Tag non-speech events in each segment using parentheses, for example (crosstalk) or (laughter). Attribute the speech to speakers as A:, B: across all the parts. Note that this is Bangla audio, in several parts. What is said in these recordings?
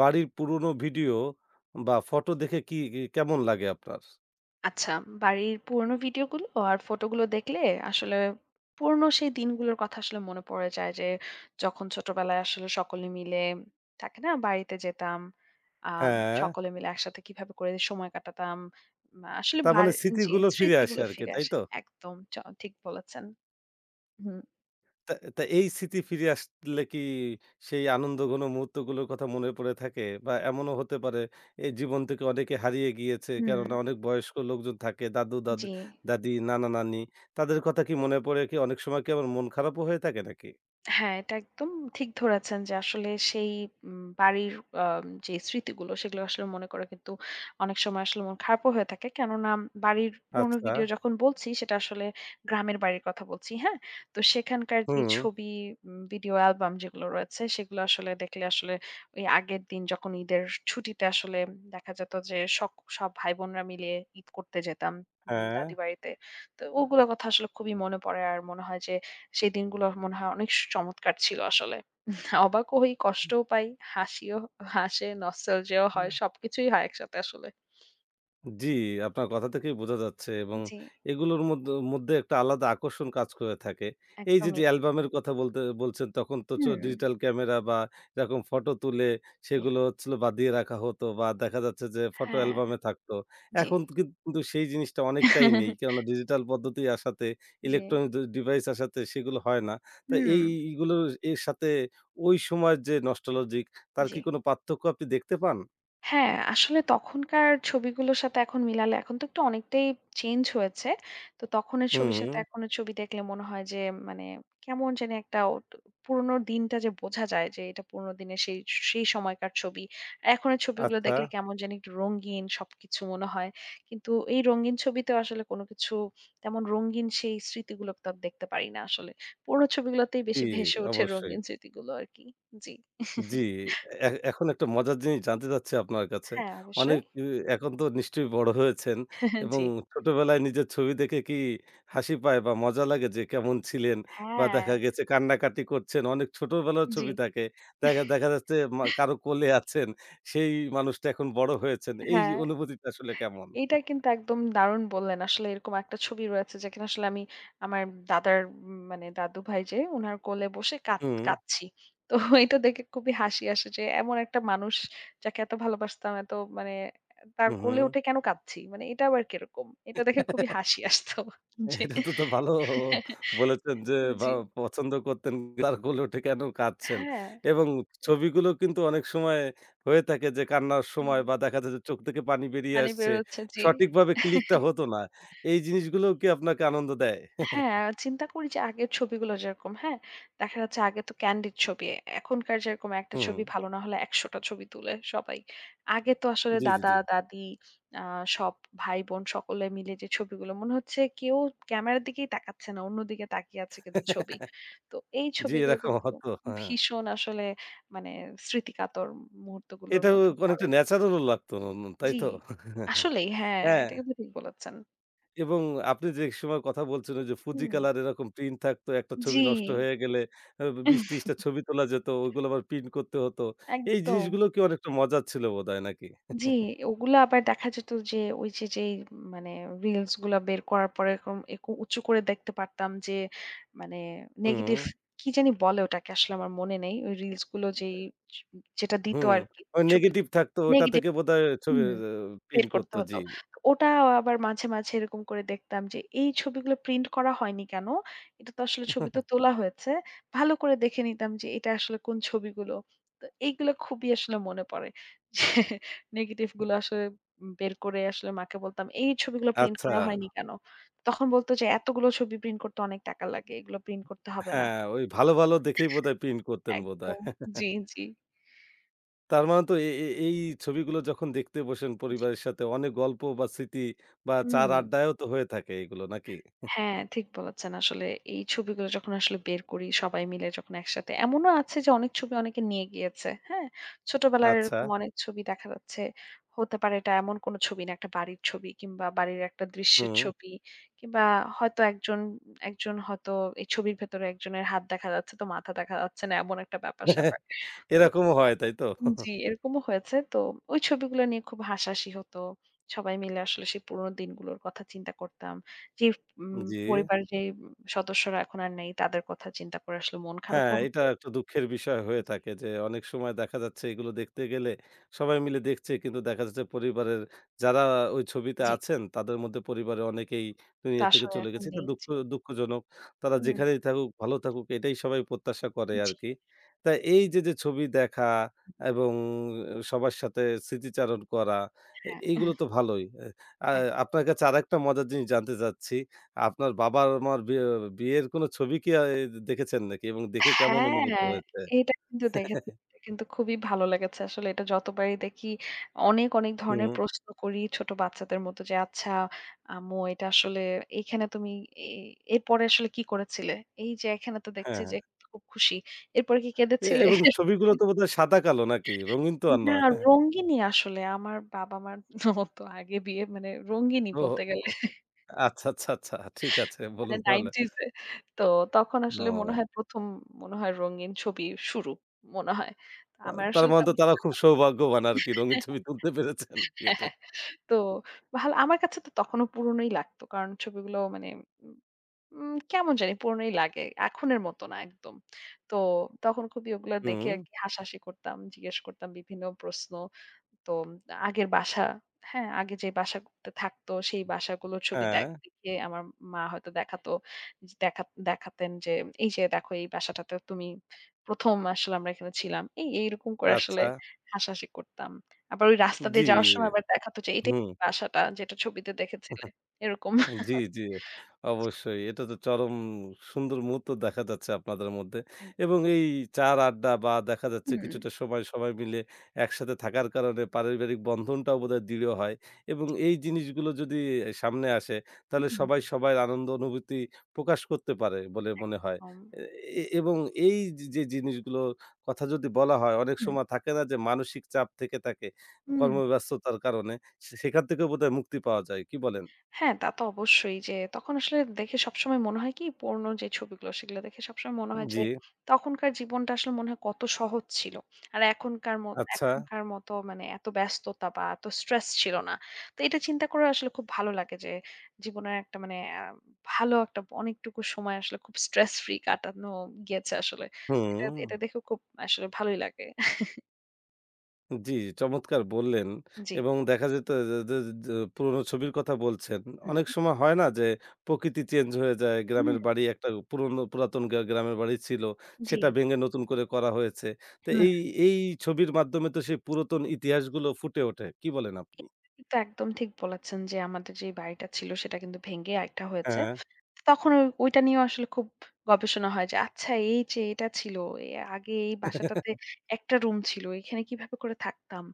A: বাড়ির পুরনো ভিডিও বা ফটো দেখে কি কি কেমন লাগে আপনার?
B: আচ্ছা, বাড়ির পুরনো ভিডিওগুলো আর ফটোগুলো দেখলে আসলে পুরনো সেই দিনগুলোর কথা আসলে মনে পড়ে যায় যে, যখন ছোটবেলায় আসলে সকলে মিলে থাকে না? বাড়িতে যেতাম। আম
A: হ্যাঁ,
B: সকলে মিলে একসাথে কিভাবে করে সময় কাটাতাম। আসলে
A: তার মানে
B: জি,
A: স্মৃতিগুলো ফিরে আসে
B: স্মৃতিগুলো
A: আরকি,
B: ফিরে
A: তাই
B: আসে।
A: তো?
B: একদম ঠিক বলেছেন। হুম,
A: তা তা এই স্মৃতি ফিরে আসলে কি সেই আনন্দঘন মুহূর্তগুলোর কথা মনে পড়ে থাকে? বা এমনও হতে পারে এই জীবন থেকে অনেকে হারিয়ে গিয়েছে।
B: হুম।
A: কেননা অনেক বয়স্ক লোকজন থাকে, দাদু
B: জি।
A: দাদি, নানা-নানি তাদের কথা কি মনে পড়ে কি অনেক সময় কি আবার মন খারাপও হয়ে থাকে নাকি?
B: হ্যাঁ, এটা একদম ঠিক ধরেছেন যে আসলে সেই বাড়ির যে স্মৃতিগুলো সেগুলো আসলে মনে করা কিন্তু অনেক সময় আসলে মন খারাপও হয়ে থাকে। কেননা বাড়ির পুরোনো
A: আচ্ছা,
B: ভিডিও যখন বলছি সেটা আসলে গ্রামের বাড়ির কথা বলছি, হ্যাঁ? তো সেখানকার যে
A: হুম,
B: ছবি, ভিডিও অ্যালবাম যেগুলো রয়েছে সেগুলো আসলে দেখলে আসলে ওই আগের দিন যখন ঈদের ছুটিতে আসলে দেখা যেত যে সব ভাই-বোনরা মিলে ঈদ করতে যেতাম
A: হ্যাঁ।
B: দাদি বাড়িতে। তো ওগুলোর কথা আসলে খুবই মনে পড়ে আর মনে হয় যে সেই দিনগুলো মনে হয় অনেক চমৎকার ছিল আসলে। অবাকও হই, কষ্টও পাই, হাসিও হাসে, নস্টালজিয়া ও হয়। সবকিছুই হয় একসাথে আসলে।
A: জি, আপনার কথা থেকেই বোঝা যাচ্ছে এবং
B: জি,
A: এগুলোর মধ্যে একটা আলাদা আকর্ষণ কাজ করে থাকে। এই যে, যে
B: একদমই।
A: অ্যালবামের কথা বলতে বলছেন তখন তো
B: হুম,
A: ডিজিটাল ক্যামেরা বা এরকম ফটো তুলে
B: জি।
A: সেগুলো হচ্ছিল বাঁধিয়ে রাখা হতো বা দেখা যাচ্ছে যে ফটো
B: হ্যাঁ।
A: অ্যালবামে থাকতো।
B: জি।
A: এখন কিন্তু সেই জিনিসটা অনেকটাই নেই।
B: (laughs)
A: কেননা ডিজিটাল পদ্ধতি আসাতে
B: জি।
A: ইলেকট্রনিক ডিভাইস আসাতে সেগুলো হয় না। তো
B: হুম,
A: এই এইগুলো এর সাথে ওই সময়ের যে নস্টালজিক তার
B: জি।
A: কি কোনো পার্থক্য আপনি দেখতে পান?
B: হ্যাঁ, আসলে তখনকার ছবিগুলোর সাথে এখন মিলালে এখন তো একটু অনেকটাই চেঞ্জ হয়েছে। তো তখনের ছবির
A: হুম,
B: সাথে এখনের ছবি দেখলে মনে হয় যে, মানে, কেমন জানি একটা পুরনো দিনটা যে বোঝা যায় যে এটা পুরনো দিনের সেই সেই সময়কার ছবি। এখনের ছবিগুলো
A: আচ্ছা।
B: দেখলে কেমন জানি একটু রঙিন সবকিছু মনে হয়। কিন্তু এই রঙিন ছবিতেও আসলে কোনো কিছু তেমন রঙিন সেই স্মৃতিগুলো তো আর দেখতে পারি না আসলে। পুরনো ছবিগুলোতেই
A: জি,
B: বেশি ভেসে ওঠে
A: অবশ্যই।
B: রঙিন স্মৃতিগুলো আরকি। জি।
A: জি,
B: (laughs)
A: এখন একটা মজার জিনিস জানতে চাচ্ছি আপনার কাছে।
B: হ্যাঁ,
A: অনেক
B: অবশ্যই।
A: ই এখন তো নিশ্চয়ই বড় হয়েছেন
B: (laughs)
A: এবং
B: জি।
A: ছোটবেলায় নিজের ছবি দেখে কি হাসি পায় বা মজা লাগে যে কেমন ছিলেন? বা
B: হ্যাঁ।
A: দেখা গেছে কান্নাকাটি করছেন, অনেক ছোটবেলার
B: জি।
A: ছবি থাকে। দেখা দেখা যাচ্ছে মা কারো কোলে আছেন, সেই মানুষটা এখন বড় হয়েছেন। এই
B: হ্যাঁ,
A: অনুভূতিটা আসলে কেমন?
B: এটা কিন্তু একদম দারুণ বললেন। আসলে এরকম একটা ছবি রয়েছে যেখানে আসলে আমি আমার দাদার, মানে দাদু ভাই, যে উনার কোলে বসে
A: হুম,
B: কাঁদছি। তো এটা দেখে খুবই হাসি আসে যে এমন একটা মানুষ যাকে এত ভালোবাসতাম, এত, মানে, তার
A: হু, হুম।
B: কোলে উঠে কেন কাঁদছি? মানে এটা আবার কিরকম? এটা দেখে খুবই হাসি আসতো যে
A: এটা তো ভালো
B: (laughs)
A: বলেছেন যে বা
B: জি।
A: পছন্দ করতেন তার কোলে উঠে কেন কাঁদছেন?
B: হ্যাঁ,
A: এবং ছবিগুলো কিন্তু অনেক সময় হয়ে থাকে যে কান্নার
B: হুম।
A: সময় বা দেখা যায় যে চোখ থেকে পানি বেরিয়ে
B: পানি
A: আসছে।
B: বের হচ্ছে, জি।
A: সঠিকভাবে ক্লিকটা হতো না। এই জিনিসগুলোও কি আপনাকে আনন্দ দেয়?
B: হ্যাঁ, চিন্তা করি যে আগের ছবিগুলো যেরকম, হ্যাঁ? দেখা যাচ্ছে আগে তো candid ছবি। এখনকার যেরকম একটা
A: হুম,
B: ছবি ভালো না হলে ১০০ টা ছবি তুলে সবাই। আগে তো আসলে
A: জি, জি, জি।
B: দাদা-দাদি, আ সব ভাই-বোন সকলে মিলে যে ছবিগুলো, মনে হচ্ছে কেউ ক্যামেরার দিকেই তাকাচ্ছে না। অন্যদিকে তাকিয়ে আছে কিন্তু ছবি। তো এই
A: জি,
B: ছবিগুলো
A: এরকম
B: কিন্তু
A: হতো। হ্যাঁ,
B: ভীষণ আসলে, মানে, স্মৃতিকাতর মুহূর্তগুলোর
A: এটাও
B: মধ্যে
A: অনেকটা
B: পড়ে।
A: ন্যাচারালও লাগতো, তাই
B: জি,
A: তো? হ্যাঁ।
B: আসলেই হ্যাঁ,
A: হ্যাঁ।
B: এটা কিন্তু ঠিক বলেছেন।
A: এবং আপনি যে সময় কথা বলছেন ওই যে ফুজি
B: হুম,
A: কালার এরকম প্রিন্ট থাকতো, একটা ছবি
B: জি।
A: নষ্ট হয়ে গেলে আ ২০-৩০
B: (laughs)
A: টা ছবি তোলা যেত। ওইগুলো আবার প্রিন্ট করতে হতো। এই
B: একদম।
A: জিনিসগুলো কি অনেকটা মজার ছিল বোধহয় নাকি?
B: জি, ওগুলা আবার দেখা যেত যে ওই যে, যেই, মানে, রিলস গুলা বের করার পরে এরকম একটু উঁচু করে দেখতে পারতাম যে, মানে,
A: হুম,
B: নেগেটিভ কি জানি বলে ওটাকে আসলে আমার মনে নেই। ওই রিলস গুলো যেই যেটা দিত
A: হুম।
B: আরকি
A: ওই
B: ছবি
A: নেগেটিভ থাকতো ওটা
B: নেগেটিভ
A: থেকে বোধহয় ছবি
B: হুম।
A: আ
B: বের
A: প্রিন্ট করত।
B: করতে হতো।
A: জি।
B: ওটা আবার মাঝে মাঝে এরকম করে দেখতাম যে এই ছবিগুলো প্রিন্ট করা হয়নি কেন? এটা তো আসলে ছবি তো
A: (laughs)
B: তোলা হয়েছে। ভালো করে দেখে নিতাম যে এটা আসলে কোন ছবিগুলো। তো এইগুলো খুবই আসলে মনে পড়ে। যে নেগেটিভ গুলো আসলে বের করে আসলে মাকে বলতাম, "এই ছবিগুলো প্রিন্ট
A: আচ্ছা।
B: করা হয়নি কেন?" তখন বলতো যে, "এতগুলো ছবি প্রিন্ট করতে অনেক টাকা লাগে। এগুলো প্রিন্ট করতে হবে না।"
A: হ্যাঁ, ওই ভালো, ভালো দেখেই বোধহয় প্রিন্ট করতেন বোধহয়।
B: একদম
A: (laughs)
B: জি, জি,
A: তার মানে তো এ এ এই ছবিগুলো যখন দেখতে বসেন
B: জি।
A: পরিবারের সাথে অনেক গল্প বা স্মৃতি বা চা-র
B: হুম।
A: আড্ডায়ও তো হয়ে থাকে এগুলো নাকি?
B: হ্যাঁ, ঠিক বলেছেন। আসলে এই ছবিগুলো যখন আসলে বের করি সবাই মিলে যখন একসাথে, এমনও আছে যে অনেক ছবি অনেকে নিয়ে গিয়েছে। হ্যাঁ? ছোটবেলার
A: আচ্ছা।
B: এরকম অনেক ছবি দেখা যাচ্ছে। হতে পারে এটা এমন কোন ছবি না, একটা বাড়ির ছবি কিংবা বাড়ির একটা দৃশ্যের
A: হুম।
B: ছবি কিংবা হয়তো একজন, একজন হয়তো এই ছবির ভেতরে একজনের হাত দেখা যাচ্ছে তো মাথা দেখা যাচ্ছে না, এমন একটা ব্যাপার-স্যাপার। তো
A: এরকমও হয়, তাই তো?
B: জি, এরকমও হয়েছে। তো ওই ছবিগুলো নিয়ে খুব হাসাহাসি হতো। সবাই মিলে আসলে সেই পুরোনো দিনগুলোর কথা চিন্তা করতাম। যে,
A: জি।
B: পরিবারের যে সদস্যরা এখন আর নেই, তাদের কথা চিন্তা করে আসলে মন
A: হ্যাঁ,
B: খারাপও
A: এটা
B: হতো।
A: একটু দুঃখের বিষয় হয়ে
B: জি,
A: থাকে যে অনেক সময় দেখা যাচ্ছে এগুলো দেখতে গেলে সবাই মিলে দেখছে কিন্তু দেখা যাচ্ছে পরিবারের যারা ওই ছবিতে
B: জি।
A: আছেন তাদের মধ্যে পরিবারের অনেকেই
B: তো
A: দুনিয়া থেকে
B: আসলে
A: চলে
B: এখন
A: গেছে। এটা
B: নেই।
A: দুঃখ
B: জি।
A: দুঃখজনক। তারা
B: হুম,
A: যেখানেই থাকুক, ভালো থাকুক এটাই সবাই প্রত্যাশা করে
B: জি।
A: আরকি। তা এই যে, যে ছবি দেখা এবং সবার সাথে স্মৃতিচারণ করা
B: হ্যাঁ,
A: এইগুলো তো ভালোই। এ আ
B: এক
A: আপনার কাছে আরেকটা মজার জিনিস জানতে চাচ্ছি। আপনার বাবার মার বিয়ে বিয়ের কোনো ছবি কি আ এ দেখেছেন নাকি? এবং দেখে কেমন অনুভূত
B: হ্যাঁ,
A: হয়েছে?
B: এটা কিন্তু দেখেছি। এটা কিন্তু খুবই ভালো লেগেছে আসলে। এটা যতবারই দেখি অনেক, অনেক ধরনের
A: হুম,
B: প্রশ্ন করি ছোট বাচ্চাদের মতো যে, "আচ্ছা আম্মু এটা আসলে এইখানে তুমি এ এরপরে আসলে কি করেছিলে? এই যে এখানে তো
A: হ্যাঁ,
B: দেখছি
A: হ্যাঁ।
B: যে খুব খুশি। এরপরে কি
A: এ
B: কেঁদেছিলে?"
A: এবং ছবিগুলো
B: (laughs)
A: তো বোধহয় সাদা কালো নাকি? রঙিন তো আর
B: না
A: নয়।
B: রঙ্গিনী আসলে। আমার বাবা-মার মতো আগে বিয়ে মানে রঙ্গিনী
A: ও
B: বলতে
A: ও
B: গেলে।
A: আচ্ছা, আচ্ছা, আচ্ছা। ঠিক আছে
B: মানে
A: বলুন তাহলে।
B: 90s এ। তো তখন আসলে মনে
A: ও
B: হয় ১ম মনে হয় রঙিন ছবি শুরু, মনে হয়। তো আমার
A: তার
B: আসলে
A: মানে তো
B: তেমন
A: তারা খুব
B: জানা
A: সৌভাগ্যবান আরকি রঙিন ছবি তুলতে পেরেছেন
B: হ্যাঁ,
A: বিয়েতে।
B: হ্যাঁ। তো ভালো আমার কাছে তো তখনও পুরনোই লাগতো। কারণ ছবিগুলো মানে কেমন জানি পুরনোই লাগে। এখনের মতো না একদম। তো তখন খুবই ওগুলো
A: হুম,
B: দেখে আরকি হাসাহাসি করতাম, জিজ্ঞেস করতাম বিভিন্ন প্রশ্ন। তো আগের বাসা, হ্যাঁ? আগে যে বাসাগুলোতে থাকতো সেই বাসাগুলোর ছবি
A: হ্যাঁ,
B: দেখিয়ে আমার মা হয়তো দেখাতো যে দেখাতেন যে, "এই যে দেখো এই বাসাটাতে তুমি ১ম আসলে আমরা এখানে ছিলাম।" এই এইরকম করে আসলে
A: আচ্ছা।
B: হাসাহাসি করতাম। আবার ওই রাস্তা দিয়ে
A: জি,
B: যাওয়ার সময় আবার দেখাতো যে, "এটাই
A: হুম।
B: বাসাটা যেটা ছবিতে দেখেছিলে।" এরকম।
A: জি, জি।
B: জি,
A: অবশ্যই। এটা তো চরম সুন্দর মুহূর্ত দেখা যাচ্ছে আপনাদের মধ্যে।
B: এক
A: এবং এই চার আড্ডা বা দেখা যাচ্ছে
B: হুম, হুম,
A: কিছুটা সময় সবাই মিলে একসাথে থাকার কারণে পারিবারিক বন্ধনটাও বোধহয় দৃঢ় হয়। এবং এই জিনিসগুলো যদি সামনে আসে তাহলে
B: একদম।
A: সবাই সবার আনন্দ অনুভূতি প্রকাশ করতে পারে বলে মনে হয়। এ এ- এবং এই যে জিনিসগুলোর কথা যদি বলা হয় অনেক
B: হুম।
A: সময় থাকে না যে মানসিক চাপ থেকে থাকে
B: হুম।
A: কর্মব্যস্ততার কারণে সে সেখান থেকেও বোধহয় মুক্তি পাওয়া যায়। কি বলেন?
B: হ্যাঁ, তা তো অবশ্যই যে তখন আসলে দেখে সবসময় মনে হয় কি পুরনো যে ছবিগুলো, সেগুলো দেখে সবসময় মনে হয় যে
A: জি।
B: তখনকার জীবনটা আসলে মনে হয় কত সহজ ছিল। আর এখনকার
A: আচ্ছা।
B: এখনকার মতো মানে এত ব্যস্ততা বা এত স্ট্রেস ছিল না। তো এটা চিন্তা করে আসলে খুব ভালো লাগে যে জীবনের একটা মানে ভালো একটা অনেকটুকু সময় আসলে খুব স্ট্রেস ফ্রি কাটানো গিয়েছে আসলে। এটা
A: হুম।
B: এটা দেখে খুব আসলে ভালোই লাগে। (laughs)
A: জি, চমৎকার বললেন
B: জি।
A: এবং দেখা যেত যে যে যে পুরোনো ছবির কথা বলছেন।
B: হুম,
A: অনেক সময় হয় না যে প্রকৃতি চেঞ্জ হয়ে যায়। গ্রামের
B: হুম,
A: বাড়ি একটা পুরনো পুরাতন গ্রামের বাড়ি ছিল।
B: জি।
A: সেটা ভেঙে নতুন করে করা হয়েছে। তো
B: হুম।
A: এই ছবির মাধ্যমে তো সেই পুরাতন ইতিহাসগুলো ফুটে ওঠে। কি বলেন আপনি?
B: এটা কিন্তু একদম ঠিক বলেছেন যে, আমাদের যে বাড়িটা ছিল সেটা কিন্তু ভেঙে আরেকটা হয়েছে।
A: হ্যাঁ।
B: তখন ওইটা নিয়েও আসলে খুব গবেষণা হয় যে, আচ্ছা এই যে এটা ছিল, এ আগে এই বাসাটাতে
A: (laughs)
B: একটা রুম ছিল। এখানে কিভাবে করে থাকতাম?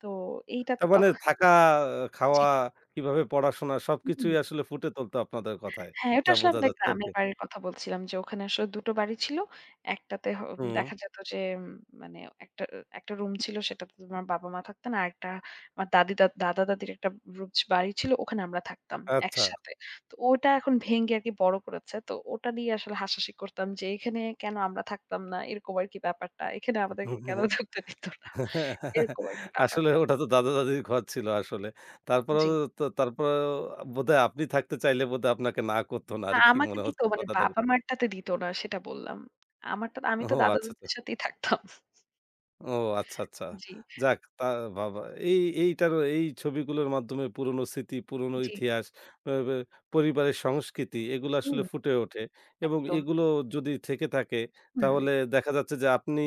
B: তো এইটাতে
A: তার
B: জি।
A: মানে
B: তখন
A: থাকা,
B: জি।
A: খাওয়া, কিভাবে পড়াশোনা
B: হুম।
A: সবকিছুই আসলে ফুটে তুলত আপনাদের কথায়।
B: হ্যাঁ, ওটা
A: যা
B: আসলে
A: বোঝা
B: আমাদের
A: যাচ্ছে আরকি।
B: গ্রামের বাড়ির কথা বলছিলাম যে ওখানে আসলে ২ টো বাড়ি ছিল। একটাতে হ
A: হুম।
B: দেখা যেত যে মানে একটা একটা রুম ছিল সেটাতে আমার বাবা-মা থাকতেন। আরেকটা আমার দাদি দা দাদা-দাদির একটা বাড়ি ছিল ওখানে আমরা থাকতাম
A: আচ্ছা।
B: একসাথে। তো ওটা এখন ভেঙে আরকি বড় করেছে। তো ওটা নিয়ে আসলে হাসাহাসি করতাম যে এখানে কেন আমরা থাকতাম না, এরকম আরকি ব্যাপারটা। এখানে আমাদেরকে কেন থাকতে দিত না। এরকম আরকি
A: আসলে
B: ব্যাপারটা।
A: ওটা তো দাদা-দাদির ঘর ছিল আসলে। তারপরেও
B: জি।
A: তারপরেও বোধহয় আপনি থাকতে চাইলে বোধহয় আপনাকে না করত না আরকি
B: আমাকে
A: মনে
B: দিত
A: হচ্ছে
B: মানে
A: কথা থেকে।
B: বাবা-মারটাতে দিত না, সেটা বললাম। আমারটা আমি তো
A: ও আচ্ছা। আচ্ছা।
B: দাদা-দাদির সাথেই থাকতাম।
A: ও আচ্ছা, আচ্ছা।
B: জি,
A: যাক তা বাবা এইটারও এই ছবিগুলোর মাধ্যমে পুরনো স্মৃতি, পুরনো
B: জি।
A: ইতিহাস, আ বে পরিবারের সংস্কৃতি এগুলো
B: হুম,
A: আসলে ফুটে ওঠে এবং
B: একদম।
A: এগুলো যদি থেকে থাকে
B: হুম,
A: তাহলে দেখা যাচ্ছে যে আপনি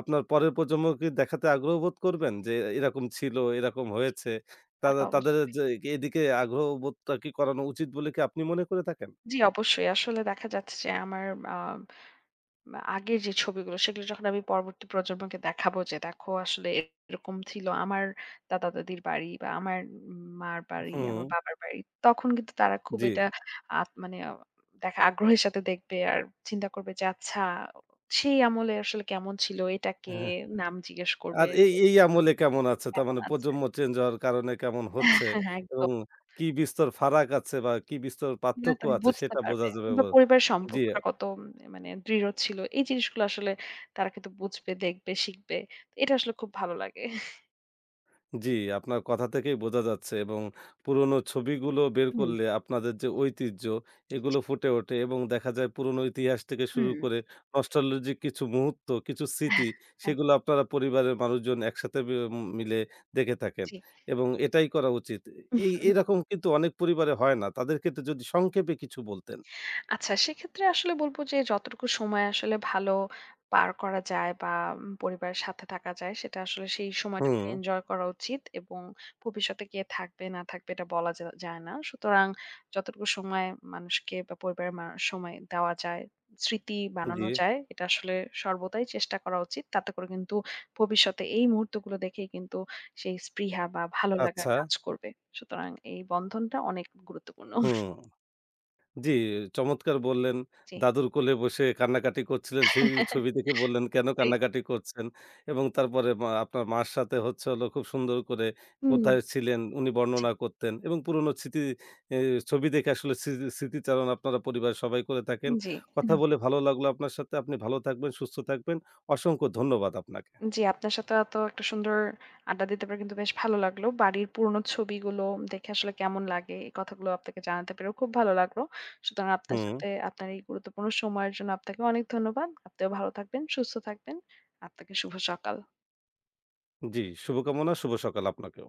A: আপনার পরের প্রজন্মকে দেখাতে আগ্রহ বোধ করবেন যে এরকম ছিল, এরকম হয়েছে।
B: তা
A: তাদে
B: তো
A: তাদের
B: অবশ্যই।
A: যে এদিকে আগ্রহ বোধটা কি করানো উচিত বলে কি আপনি মনে করে থাকেন?
B: জি, অবশ্যই। আসলে দেখা যাচ্ছে যে আমার, আ বা আগের যে ছবিগুলো, সেগুলো যখন আমি পরবর্তী প্রজন্মকে দেখাবো যে দেখো আসলে এরকম ছিল আমার দাদা দাদির বাড়ি বা আমার মার বাড়ি
A: হুম,
B: আমার বাবার বাড়ি, তখন কিন্তু তারা খুব
A: জি।
B: এটা মানে আহ, দেখা আগ্রহের সাথে দেখবে আর চিন্তা করবে যে আচ্ছা সেই আমলে আসলে কেমন ছিল, এটাকে নাম জিজ্ঞেস করবে,
A: আর এই,
B: বলবে
A: এই আমলে কেমন আছে? তার
B: কেমন
A: মানে
B: আছে।
A: প্রজন্ম চেঞ্জ হওয়ার কারণে কেমন হচ্ছে
B: (laughs) একদম
A: এবং কি বিস্তর ফারাক আছে বা কি বিস্তর
B: না
A: পার্থক্য
B: তারা
A: আছে
B: বুঝতে
A: সেটা বোঝা
B: পারবে।
A: যাবে
B: কিংবা পরিবারের
A: জি।
B: সম্পর্কটা কত মানে দৃঢ় ছিল। এই জিনিসগুলো আসলে তারা কিন্তু বুঝবে, দেখবে, শিখবে। তো এটা আসলে খুব ভালো লাগে।
A: জি, আপনার কথা থেকেই বোঝা যাচ্ছে এবং পুরোনো ছবিগুলো বের
B: হুম,
A: করলে আপনাদের যে ঐতিহ্য, এগুলো
B: জি।
A: ফুটে ওঠে এবং দেখা যায় পুরোনো ইতিহাস থেকে শুরু
B: হুম।
A: করে নস্টালজিক কিছু মুহূর্ত, কিছু স্মৃতি,
B: এক
A: সেগুলো আপনারা পরিবারের মানুষজন একসাথে মিলে দেখে থাকেন
B: জি।
A: এবং এটাই করা উচিত। এরকম কিন্তু অনেক পরিবারে হয় না। তাদের ক্ষেত্রে যদি সংক্ষেপে কিছু বলতেন?
B: আচ্ছা, সেক্ষেত্রে আসলে বলব যে যতটুকু সময় আসলে ভালো পার করা যায় বা পরিবারের সাথে থাকা যায় সেটা আসলে, সেই সময়টাকে
A: হুম,
B: এনজয় করা উচিত এবং ভবিষ্যতে কে থাকবে না থাকবে এটা বলা যা যায় না। সুতরাং যতটুকু সময় মানুষকে বা পরিবারের সময় দেওয়া যায়, স্মৃতি
A: জি,
B: বানানো যায়, এটা আসলে সর্বদাই চেষ্টা করা উচিত। তাতে করে কিন্তু ভবিষ্যতে এই মুহূর্তগুলো দেখেই কিন্তু সেই স্পৃহা বা ভালো লাগা
A: আচ্ছা,
B: কাজ করবে। সুতরাং এই বন্ধনটা অনেক গুরুত্বপূর্ণ।
A: হুম। জি, চমৎকার বললেন।
B: জি।
A: দাদুর কোলে বসে কান্নাকাটি করছিলেন। সেই ছবি দেখে বললেন, কেন
B: জি।
A: কান্নাকাটি করছেন? এবং তারপরে মা আপনার মার সাথে হচ্ছে হলো খুব সুন্দর করে
B: হুম,
A: কোথায় ছিলেন উনি
B: জি।
A: বর্ণনা করতেন এবং পুরনো স্মৃতি এ ছবি দেখে আসলে স্মৃতিচারণ আপনারা পরিবারের সবাই করে থাকেন।
B: জি।
A: কথা বলে ভালো লাগলো আপনার সাথে। আপনি ভালো থাকবেন, সুস্থ থাকবেন। অসংখ্য ধন্যবাদ আপনাকে।
B: জি, আপনার সাথে এত একটা সুন্দর আড্ডা দিতে পেরে কিন্তু বেশ ভালো লাগলো। বাড়ির পুরনো ছবিগুলো দেখে আসলে কেমন লাগে এই কথাগুলো আপনাকে জানাতে পেরেও খুব ভালো লাগলো। সুতরাং আপনার
A: হুম,
B: সাথে, আপনার এই গুরুত্বপূর্ণ সময়ের জন্য আপনাকে অনেক ধন্যবাদ। আপনিও ভালো থাকবেন, সুস্থ থাকবেন। আপনাকে শুভ সকাল।
A: জি, শুভকামনা, শুভ সকাল আপনাকেও।